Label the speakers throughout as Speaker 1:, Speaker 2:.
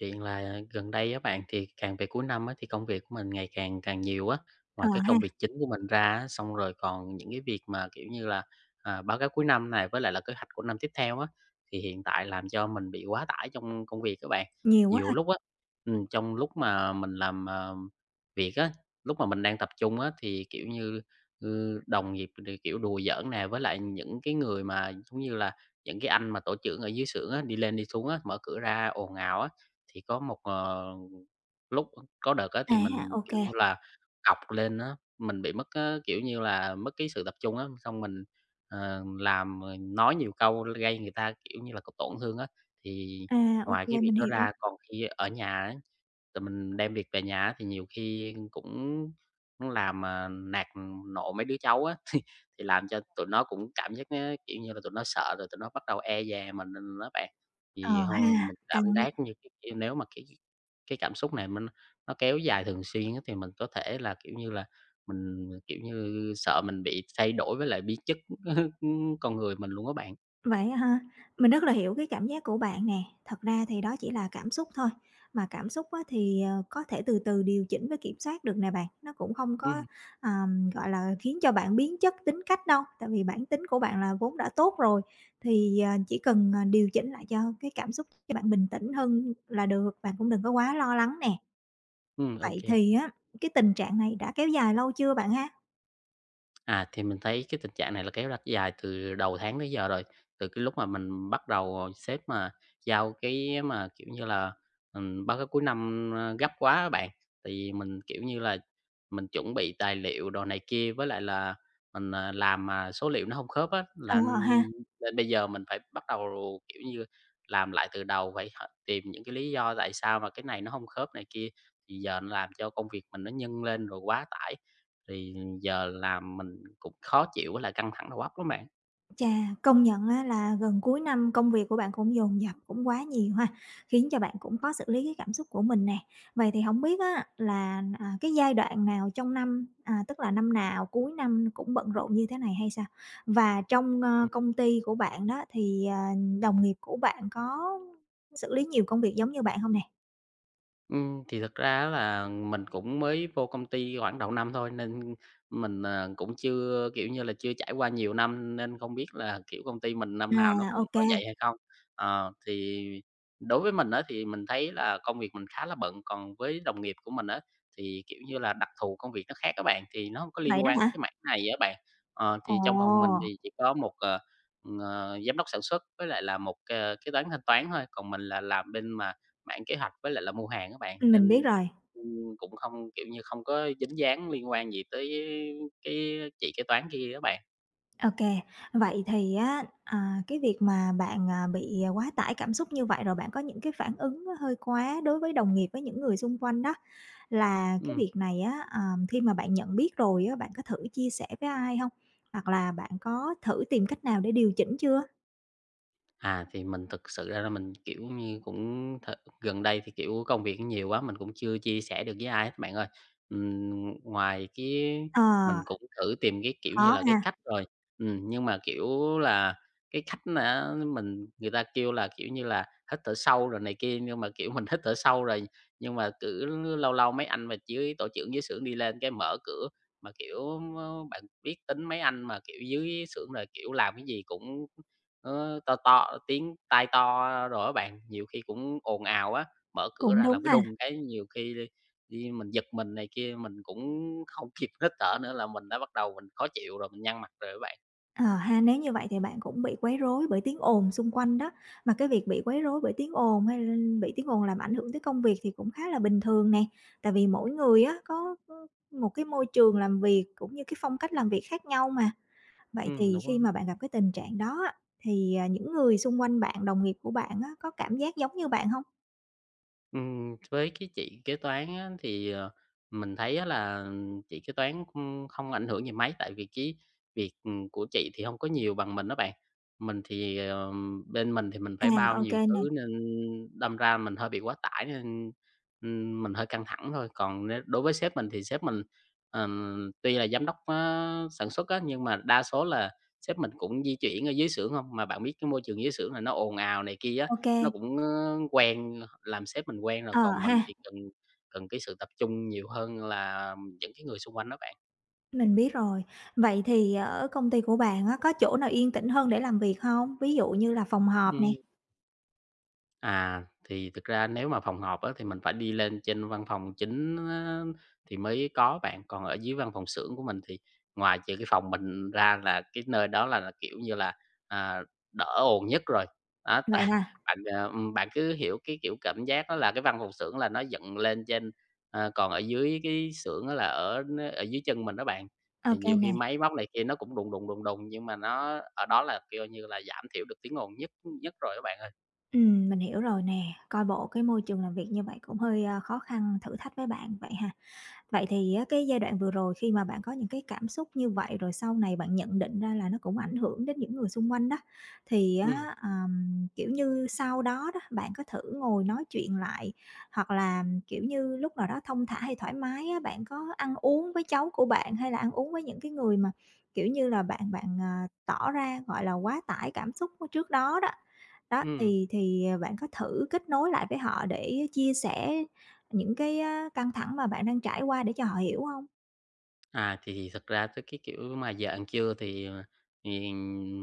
Speaker 1: Chuyện là gần đây á bạn, thì càng về cuối năm á, thì công việc của mình ngày càng càng nhiều á. Ngoài
Speaker 2: Ờ
Speaker 1: cái
Speaker 2: ha,
Speaker 1: công việc chính của mình ra á, xong rồi còn những cái việc mà, kiểu như là, báo cáo cuối năm này với lại là kế hoạch của năm tiếp theo á, thì hiện tại làm cho mình bị quá tải trong công việc các bạn.
Speaker 2: nhiều quá
Speaker 1: Nhiều
Speaker 2: ha.
Speaker 1: lúc á, trong lúc mà mình làm, việc á, lúc mà mình đang tập trung á, thì, kiểu như, đồng nghiệp thì, kiểu, đùa giỡn nè, với lại những cái người mà, giống như là, những cái anh mà tổ trưởng ở dưới xưởng á, đi lên đi xuống á, mở cửa ra ồn ào á. Thì có một, ờ, Lúc Có đợt á
Speaker 2: À,
Speaker 1: thì mình,
Speaker 2: ô
Speaker 1: kiểu
Speaker 2: kê.
Speaker 1: như là, cọc lên á, mình bị mất á, kiểu như là, mất cái sự tập trung á, xong mình, làm rồi nói nhiều câu gây người ta, kiểu như là, có tổn thương á. Thì
Speaker 2: À, ô
Speaker 1: ngoài cái
Speaker 2: kê,
Speaker 1: việc
Speaker 2: mình
Speaker 1: đó
Speaker 2: hiểu.
Speaker 1: ra còn khi ở nhà á, rồi mình đem việc về nhà á thì nhiều khi cũng cũng làm, nạt nộ mấy đứa cháu á, thì làm cho tụi nó cũng cảm giác á, kiểu như là, tụi nó sợ rồi tụi nó bắt đầu e dè mình, á bạn.
Speaker 2: Ờ
Speaker 1: Thì thôi
Speaker 2: ha,
Speaker 1: mình cảm
Speaker 2: căng đấy.
Speaker 1: giác như cái nếu mà cái cảm xúc này nó kéo dài thường xuyên á, thì mình có thể là, kiểu như là, mình, kiểu như, sợ mình bị thay đổi với lại biến chất con người mình luôn các bạn.
Speaker 2: Vậy á ha, mình rất là hiểu cái cảm giác của bạn nè. Thật ra thì đó chỉ là cảm xúc thôi, mà cảm xúc á thì, có thể từ từ điều chỉnh với kiểm soát được nè bạn. Nó cũng không có,
Speaker 1: Ừm,
Speaker 2: gọi là, khiến cho bạn biến chất tính cách đâu, tại vì bản tính của bạn là vốn đã tốt rồi, thì, chỉ cần, điều chỉnh lại cho cái cảm xúc cho bạn bình tĩnh hơn là được, bạn cũng đừng có quá lo lắng nè.
Speaker 1: ok.
Speaker 2: Vậy thì á, cái tình trạng này đã kéo dài lâu chưa bạn ha?
Speaker 1: À, thì mình thấy cái tình trạng này là kéo ra dài từ đầu tháng tới giờ rồi, từ cái lúc mà mình bắt đầu sếp mà giao cái mà, kiểu như là, báo cáo cuối năm, gấp quá á bạn, thì mình, kiểu như là, mình chuẩn bị tài liệu đồ này kia với lại là mình, làm mà số liệu nó không khớp á,
Speaker 2: Ờ ha.
Speaker 1: nên bây giờ mình phải bắt đầu, kiểu như, làm lại từ đầu, phải h tìm những cái lý do tại sao mà cái này nó không khớp này kia, thì giờ nó làm cho công việc mình nó nhân lên rồi quá tải thì giờ làm mình cũng khó chịu với lại căng thẳng đầu óc lắm bạn.
Speaker 2: Chà, công nhận á là gần cuối năm công việc của bạn cũng dồn dập, cũng quá nhiều ha, khiến cho bạn cũng khó xử lý cái cảm xúc của mình nè. Vậy thì không biết á là, à, cái giai đoạn nào trong năm, à, tức là năm nào cuối năm cũng bận rộn như thế này hay sao? Và trong, công ty của bạn đó thì, à, đồng nghiệp của bạn có xử lý nhiều công việc giống như bạn không nè?
Speaker 1: Thì thực ra á là mình cũng mới vô công ty khoảng đầu năm thôi, nên mình cũng chưa, kiểu như là, chưa trải qua nhiều năm nên không biết là, kiểu, công ty mình năm nào nó
Speaker 2: À,
Speaker 1: cũng
Speaker 2: ok.
Speaker 1: có vậy hay không. Ờ, thì đối với mình á, thì mình thấy là công việc mình khá là bận, còn với đồng nghiệp của mình á, thì, kiểu như là, đặc thù công việc nó khác các bạn, thì nó không có liên
Speaker 2: Vậy đó
Speaker 1: quan tới cái
Speaker 2: hả?
Speaker 1: mảng này á bạn. Ờ, thì trong phòng mình
Speaker 2: Ồ,
Speaker 1: thì chỉ có một giám đốc sản xuất với lại là một kế toán thanh toán thôi, còn mình là làm bên mà bản kế hoạch với lại là mua hàng các bạn,
Speaker 2: mình biết
Speaker 1: nên,
Speaker 2: rồi.
Speaker 1: cũng không, kiểu như, không có dính dáng liên quan gì tới cái chị kế toán kia á bạn.
Speaker 2: OK. Vậy thì á, à, cái việc mà bạn, à, bị à, quá tải cảm xúc như vậy rồi bạn có những cái phản ứng nó hơi quá đối với đồng nghiệp, với những người xung quanh đó, là cái
Speaker 1: Ừm.
Speaker 2: việc này á, ờ, khi mà bạn nhận biết rồi á, bạn có thử chia sẻ với ai không? Hoặc là bạn có thử tìm cách nào để điều chỉnh chưa?
Speaker 1: À, thì mình thực sự ra là mình, kiểu như, cũng th gần đây thì, kiểu, công việc nhiều quá, mình cũng chưa chia sẻ được với ai hết bạn ơi. Ngoài cái
Speaker 2: Ờ,
Speaker 1: mình cũng thử tìm cái, kiểu
Speaker 2: khó
Speaker 1: như là, cái
Speaker 2: ha,
Speaker 1: cách rồi, nhưng mà, kiểu là, cái cách mà mình người ta kêu là, kiểu như là, hít thở sâu rồi này kia, nhưng mà, kiểu, mình hít thở sâu rồi, nhưng mà cứ lâu lâu mấy anh mà dưới tổ trưởng dưới xưởng đi lên cái mở cửa, mà, kiểu, bạn biết tính mấy anh mà, kiểu, dưới xưởng là, kiểu, làm cái gì cũng to to tiếng tai to rồi á bạn, nhiều khi cũng ồn ào á, mở cửa
Speaker 2: cũng
Speaker 1: ra làm
Speaker 2: đúng
Speaker 1: cái
Speaker 2: ha.
Speaker 1: đùng cái nhiều khi đi đi mình giật mình này kia, mình cũng không kịp hít thở nữa là mình đã bắt đầu mình khó chịu rồi, mình nhăn mặt rồi á bạn.
Speaker 2: Ờ ha, nếu như vậy thì bạn cũng bị quấy rối bởi tiếng ồn xung quanh đó, mà cái việc bị quấy rối bởi tiếng ồn hay là bị tiếng ồn làm ảnh hưởng tới công việc thì cũng khá là bình thường nè. Tại vì mỗi người á có, một cái môi trường làm việc cũng như cái phong cách làm việc khác nhau mà. Vậy thì
Speaker 1: Đúng á.
Speaker 2: khi mà bạn gặp cái tình trạng đó á, thì, à, những người xung quanh bạn, đồng nghiệp của bạn á, có cảm giác giống như bạn không?
Speaker 1: Với cái chị kế toán á, thì mình thấy á là chị kế toán, ưm, không ảnh hưởng gì mấy, tại vì cái việc, của chị thì không có nhiều bằng mình đó bạn. Mình thì, bên mình thì mình
Speaker 2: À,
Speaker 1: phải bao nhiều
Speaker 2: ô nè,
Speaker 1: thứ nên đâm ra mình hơi bị quá tải nên, mình hơi căng thẳng thôi. Còn nếu đối với sếp mình thì sếp mình, tuy là giám đốc á, sản xuất á, nhưng mà đa số là sếp mình cũng di chuyển ở dưới xưởng không. Mà bạn biết cái môi trường dưới xưởng là nó ồn ào này kia á. Nó
Speaker 2: ok.
Speaker 1: cũng, quen làm sếp mình quen rồi,
Speaker 2: Ờ
Speaker 1: còn mình
Speaker 2: ha,
Speaker 1: thì cần cần cái sự tập trung nhiều hơn là những cái người xung quanh đó bạn.
Speaker 2: mình biết rồi. Vậy thì ở công ty của bạn á, có chỗ nào yên tĩnh hơn để làm việc không? Ví dụ như là phòng họp nè?
Speaker 1: Ừm. À, thì thực ra nếu mà phòng họp á, thì mình phải đi lên trên văn phòng chính á, thì mới có bạn, còn ở dưới văn phòng xưởng của mình thì ngoài trừ cái phòng mình ra là cái nơi đó là, kiểu như là, à, đỡ ồn nhất rồi. Đó, tại
Speaker 2: Vậy ha,
Speaker 1: bạn cứ hiểu cái, kiểu, cảm giác đó là cái văn phòng xưởng là nó dựng lên trên, ờ, còn ở dưới cái xưởng á là ở dưới chân mình đó bạn, thì
Speaker 2: ok
Speaker 1: nhiều
Speaker 2: nè.
Speaker 1: khi máy móc này kia nó cũng đùng, đùng, đùng, đùng, nhưng mà nó ở đó là, kêu như là, giảm thiểu được tiếng ồn nhất nhất rồi các bạn ơi.
Speaker 2: Mình hiểu rồi nè, coi bộ cái môi trường làm việc như vậy cũng hơi, a, khó khăn, thử thách với bạn vậy ha. Vậy thì á, cái giai đoạn vừa rồi khi mà bạn có những cái cảm xúc như vậy, rồi sau này bạn nhận định ra là nó cũng ảnh hưởng đến những người xung quanh đó, thì á,
Speaker 1: Ừm,
Speaker 2: kiểu như, sau đó đó, bạn có thử ngồi nói chuyện lại, hoặc là, kiểu như, lúc nào đó thong thả hay thoải mái á, bạn có ăn uống với cháu của bạn hay là ăn uống với những cái người mà, kiểu như là, bạn bạn, à, tỏ ra, gọi là, quá tải cảm xúc trước đó đó. Đó,
Speaker 1: ừm.
Speaker 2: thì, à, bạn có thử kết nối lại với họ để chia sẻ những cái á, căng thẳng mà bạn đang trải qua để cho họ hiểu hông?
Speaker 1: À, thì thật ra tới cái kiểu mà giờ ăn trưa thì, thì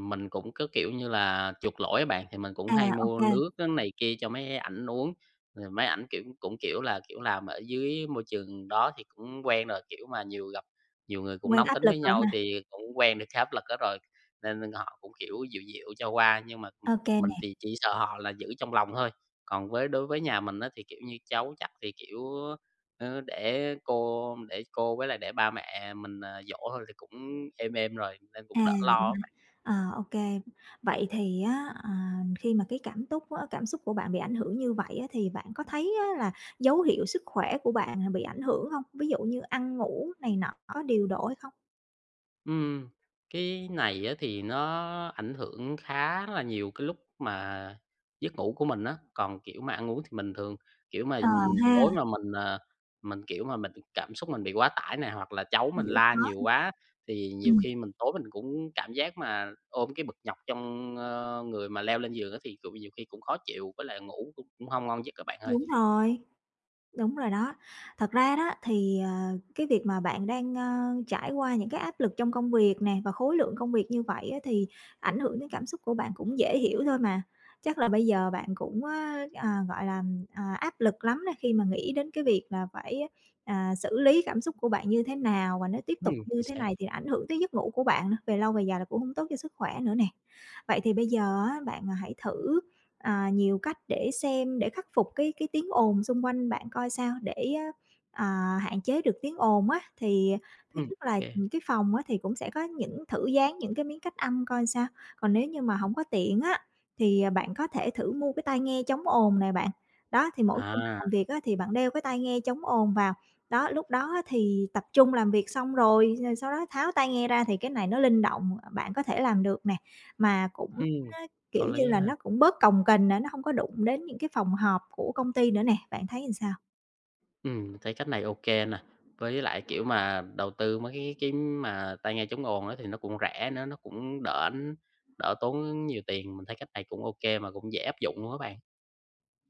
Speaker 1: mình cũng có, kiểu như là, chuộc lỗi á bạn, thì mình cũng
Speaker 2: À,
Speaker 1: hay
Speaker 2: ô
Speaker 1: mua
Speaker 2: kê,
Speaker 1: nước á này kia cho mấy ảnh uống, rồi mấy ảnh, kiểu, cũng, kiểu là, kiểu, làm ở dưới môi trường đó thì cũng quen rồi, kiểu mà, nhiều người cũng
Speaker 2: quen
Speaker 1: nóng
Speaker 2: áp
Speaker 1: tính
Speaker 2: lực
Speaker 1: với
Speaker 2: rồi
Speaker 1: nhau
Speaker 2: ha.
Speaker 1: thì cũng quen được cái áp lực đó rồi, nên họ cũng, kiểu, dịu dịu cho qua. Nhưng mà,
Speaker 2: Ô kê
Speaker 1: mình
Speaker 2: nè,
Speaker 1: thì chỉ sợ họ là giữ trong lòng thôi, còn với đối với nhà mình á thì, kiểu như, cháu chắc thì, kiểu để cô với lại để ba mẹ mình, dỗ thôi thì cũng êm êm rồi, nên cũng
Speaker 2: à,
Speaker 1: đỡ
Speaker 2: vậy
Speaker 1: lo á
Speaker 2: hả?
Speaker 1: bạn.
Speaker 2: Ờ, ô kê. Vậy thì á, ờ, khi mà cái cảm túc á cảm xúc của bạn bị ảnh hưởng như vậy á, thì bạn có thấy á là dấu hiệu sức khỏe của bạn là bị ảnh hưởng hông? Ví dụ như ăn ngủ này nọ có điều độ hay không?
Speaker 1: Ừm, cái này á thì nó ảnh hưởng khá là nhiều cái lúc mà giấc ngủ của mình á, còn, kiểu, mà ăn uống thì mình thường, kiểu mà,
Speaker 2: Ờ ha,
Speaker 1: tối mà mình cảm xúc mình bị quá tải này hoặc là cháu mình
Speaker 2: ngủ
Speaker 1: la nhiều
Speaker 2: khó,
Speaker 1: quá thì nhiều
Speaker 2: ừm,
Speaker 1: khi mình tối mình cũng cảm giác mà ôm cái bực nhọc trong, người mà leo lên giường á thì cũng nhiều khi cũng khó chịu, với lại ngủ cũng cũng hông ngon giấc các bạn ơi.
Speaker 2: đúng rồi. Đúng rồi đó. Thật ra đó thì, cái việc mà bạn đang, trải qua những cái áp lực trong công việc nè, và khối lượng công việc như vậy á thì ảnh hưởng đến cảm xúc của bạn cũng dễ hiểu thôi mà. Chắc là bây giờ bạn cũng á, à, gọi là, à, áp lực lắm đó khi mà nghĩ đến cái việc là phải, à, xử lý cảm xúc của bạn như thế nào và nếu tiếp
Speaker 1: Ừm.
Speaker 2: tục
Speaker 1: Chính
Speaker 2: như thế
Speaker 1: xác.
Speaker 2: này thì ảnh hưởng tới giấc ngủ của bạn nữa, về lâu về dài là cũng không tốt cho sức khỏe nữa nè. Vậy thì bây giờ á, bạn, à, hãy thử à, nhiều cách để xem để khắc phục cái tiếng ồn xung quanh bạn coi sao để à, hạn chế được tiếng ồn á, thì thứ
Speaker 1: Ừm.
Speaker 2: nhất
Speaker 1: Ô
Speaker 2: là,
Speaker 1: kê.
Speaker 2: cái phòng á thì cũng sẽ có những thử dán những cái miếng cách âm coi sao. Còn nếu như mà không có tiện á, thì, à, bạn có thể thử mua cái tai nghe chống ồn này bạn. Đó, thì mỗi khi bạn
Speaker 1: À.
Speaker 2: làm việc á thì bạn đeo cái tai nghe chống ồn vào, đó, lúc đó á thì tập trung làm việc xong rồi, rồi sau đó tháo tai nghe ra thì cái này nó linh động, bạn có thể làm được nè. Mà cũng
Speaker 1: Ừm. Có
Speaker 2: kiểu như
Speaker 1: lý
Speaker 2: là,
Speaker 1: ha.
Speaker 2: nó cũng bớt cồng kềnh nữa, nó không có đụng đến những cái phòng họp của công ty nữa nè, bạn thấy làm sao?
Speaker 1: Mình thấy cách này ô kê nè. Với lại, kiểu, mà đầu tư mấy cái mà tai nghe chống ồn á thì nó cũng rẻ nữa, nó cũng đỡ đỡ tốn nhiều tiền. Mình thấy cách này cũng ô kê mà cũng dễ áp dụng luôn á bạn.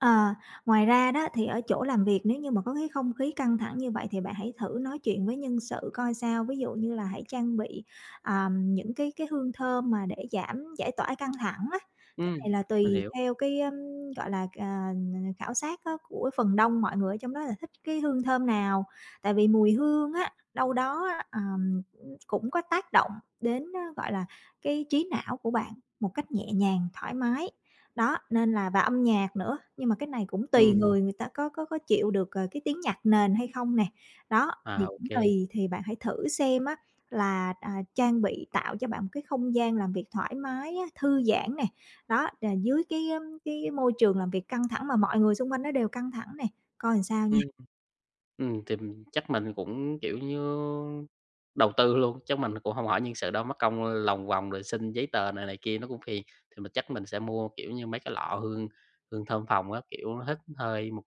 Speaker 2: Ờ, ngoài ra đó thì ở chỗ làm việc nếu như mà có cái không khí căng thẳng như vậy thì bạn hãy thử nói chuyện với nhân sự coi sao. Ví dụ như là hãy trang bị, những cái hương thơm mà để giảm giải tỏa căng thẳng á. Cái
Speaker 1: Ừm.
Speaker 2: này là
Speaker 1: Mình
Speaker 2: tùy
Speaker 1: hiểu.
Speaker 2: theo cái, ưm, gọi là, à, khảo sát á của phần đông mọi người ở trong đó là thích cái hương thơm nào. Tại vì mùi hương á, đâu đó á, cũng có tác động đến, gọi là, cái trí não của bạn một cách nhẹ nhàng, thoải mái. Đó, nên là và âm nhạc nữa, nhưng mà cái này cũng tùy
Speaker 1: Ừm.
Speaker 2: người, người ta có chịu được, cái tiếng nhạc nền hay không nè. Đó,
Speaker 1: À,
Speaker 2: thì
Speaker 1: ô
Speaker 2: cũng
Speaker 1: kê.
Speaker 2: tùy, thì bạn hãy thử xem á là, à, trang bị tạo cho bạn một cái không gian làm việc thoải mái á, thư giãn nè. Đó, là dưới cái, ưm, cái môi trường làm việc căng thẳng mà mọi người xung quanh nó đều căng thẳng nè, coi làm sao nha.
Speaker 1: Ừm. Thì mình chắc mình cũng, kiểu như, đầu tư luôn, chắc mình cũng không hỏi nhân sự đâu, mất công lòng vòng rồi xin giấy tờ này này kia nó cũng phiền. Thì mình chắc mình sẽ mua, kiểu như, mấy cái lọ hương hương thơm phòng á, kiểu, hít hơi một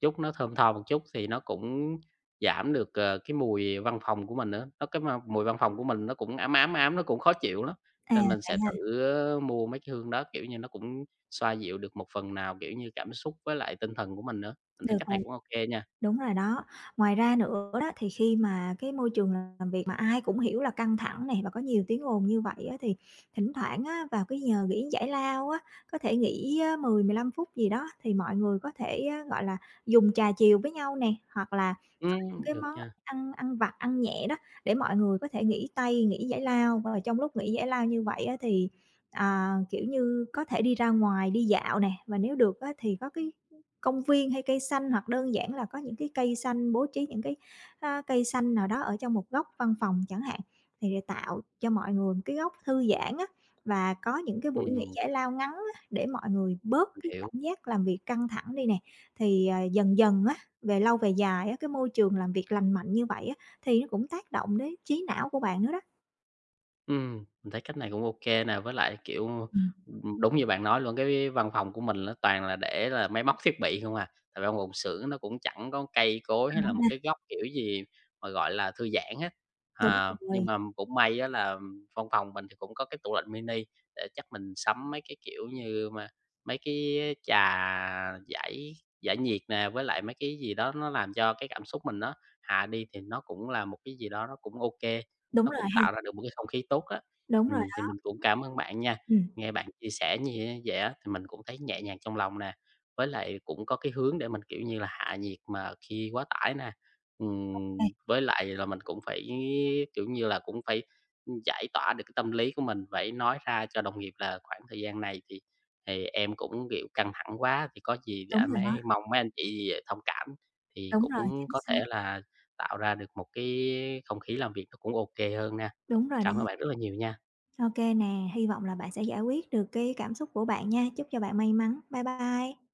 Speaker 1: chút nó thơm tho một chút thì nó cũng giảm được, cái mùi văn phòng của mình nữa. Nó cái mà mùi văn phòng của mình nó cũng ám ám ám, nó cũng khó chịu lắm,
Speaker 2: À,
Speaker 1: nên mình sẽ
Speaker 2: vậy ha,
Speaker 1: thử, mua mấy cái hương đó, kiểu như, nó cũng xoa dịu được một phần nào, kiểu như, cảm xúc với lại tinh thần của mình nữa. Mình thấy
Speaker 2: được
Speaker 1: cách này
Speaker 2: rồi.
Speaker 1: cũng ok nha.
Speaker 2: Đúng rồi đó. Ngoài ra nữa đó, thì khi mà cái môi trường làm việc mà ai cũng hiểu là căng thẳng này và có nhiều tiếng ồn như vậy á, thì thỉnh thoảng á, vào cái giờ nghỉ giải lao á, có thể nghỉ, 10, 15 phút gì đó thì mọi người có thể, á, gọi là, dùng trà chiều với nhau nè, hoặc là có những cái
Speaker 1: Được
Speaker 2: món
Speaker 1: nha.
Speaker 2: ăn ăn vặt, ăn nhẹ đó, để mọi người có thể nghỉ tay, nghỉ giải lao. Và trong lúc nghỉ giải lao như vậy á, thì, à, kiểu như, có thể đi ra ngoài đi dạo nè, và nếu được á, thì có cái công viên hay cây xanh hoặc đơn giản là có những cái cây xanh, bố trí những cái, a, cây xanh nào đó ở trong một góc văn phòng chẳng hạn, thì để tạo cho mọi người một cái góc thư giãn á, và có những cái buổi nghỉ
Speaker 1: Ừm,
Speaker 2: giải lao ngắn á, để mọi người
Speaker 1: mình
Speaker 2: bớt cái
Speaker 1: hiểu.
Speaker 2: cảm giác làm việc căng thẳng đi nè. Thì, à, dần dần á, về lâu về dài á, cái môi trường làm việc lành mạnh như vậy á, thì nó cũng tác động đến trí não của bạn nữa đó.
Speaker 1: Mình thấy cách này cũng ok nè, với lại, kiểu,
Speaker 2: Ừm,
Speaker 1: đúng như bạn nói luôn, cái văn phòng của mình nó toàn là để là máy móc thiết bị không à, tại văn phòng xưởng nó cũng chẳng có cây cối
Speaker 2: Ờ
Speaker 1: hay là một
Speaker 2: ha,
Speaker 1: cái góc, kiểu gì, mà gọi là thư giãn hết.
Speaker 2: đúng
Speaker 1: À, nhưng
Speaker 2: rồi,
Speaker 1: mà cũng may á là văn phòng mình thì cũng có cái tủ lạnh mini, để chắc mình sắm mấy cái, kiểu như, mà mấy cái trà giải giải nhiệt nè, với lại mấy cái gì đó nó làm cho cái cảm xúc mình nó hạ đi thì nó cũng là một cái gì đó nó cũng ok,
Speaker 2: đúng
Speaker 1: nó
Speaker 2: rồi
Speaker 1: cũng
Speaker 2: ha,
Speaker 1: tạo ra được một cái không khí tốt á.
Speaker 2: đúng rồi,
Speaker 1: Thì mình cũng cảm ơn bạn nha,
Speaker 2: ừm,
Speaker 1: nghe bạn chia sẻ như á vậy á, thì mình cũng thấy nhẹ nhàng trong lòng nè, với lại cũng có cái hướng để mình, kiểu như là, hạ nhiệt mà khi quá tải nè.
Speaker 2: ê,
Speaker 1: Với lại là mình cũng phải, kiểu như là, cũng phải, giải tỏa được cái tâm lý của mình, phải nói ra cho đồng nghiệp là khoảng thời gian này thì em cũng, kiểu, căng thẳng quá, thì có gì để
Speaker 2: đúng rồi đó,
Speaker 1: mong mấy anh chị thông cảm, thì
Speaker 2: đúng rồi,
Speaker 1: cũng
Speaker 2: chính
Speaker 1: có
Speaker 2: xác,
Speaker 1: thể là tạo ra được một cái không khí làm việc nó cũng ok hơn nè.
Speaker 2: đúng rồi đó.
Speaker 1: Cảm ơn bạn rất là nhiều nha.
Speaker 2: OK nè, hy vọng là bạn sẽ giải quyết được cái cảm xúc của bạn nha. Chúc cho bạn may mắn. Bye bye.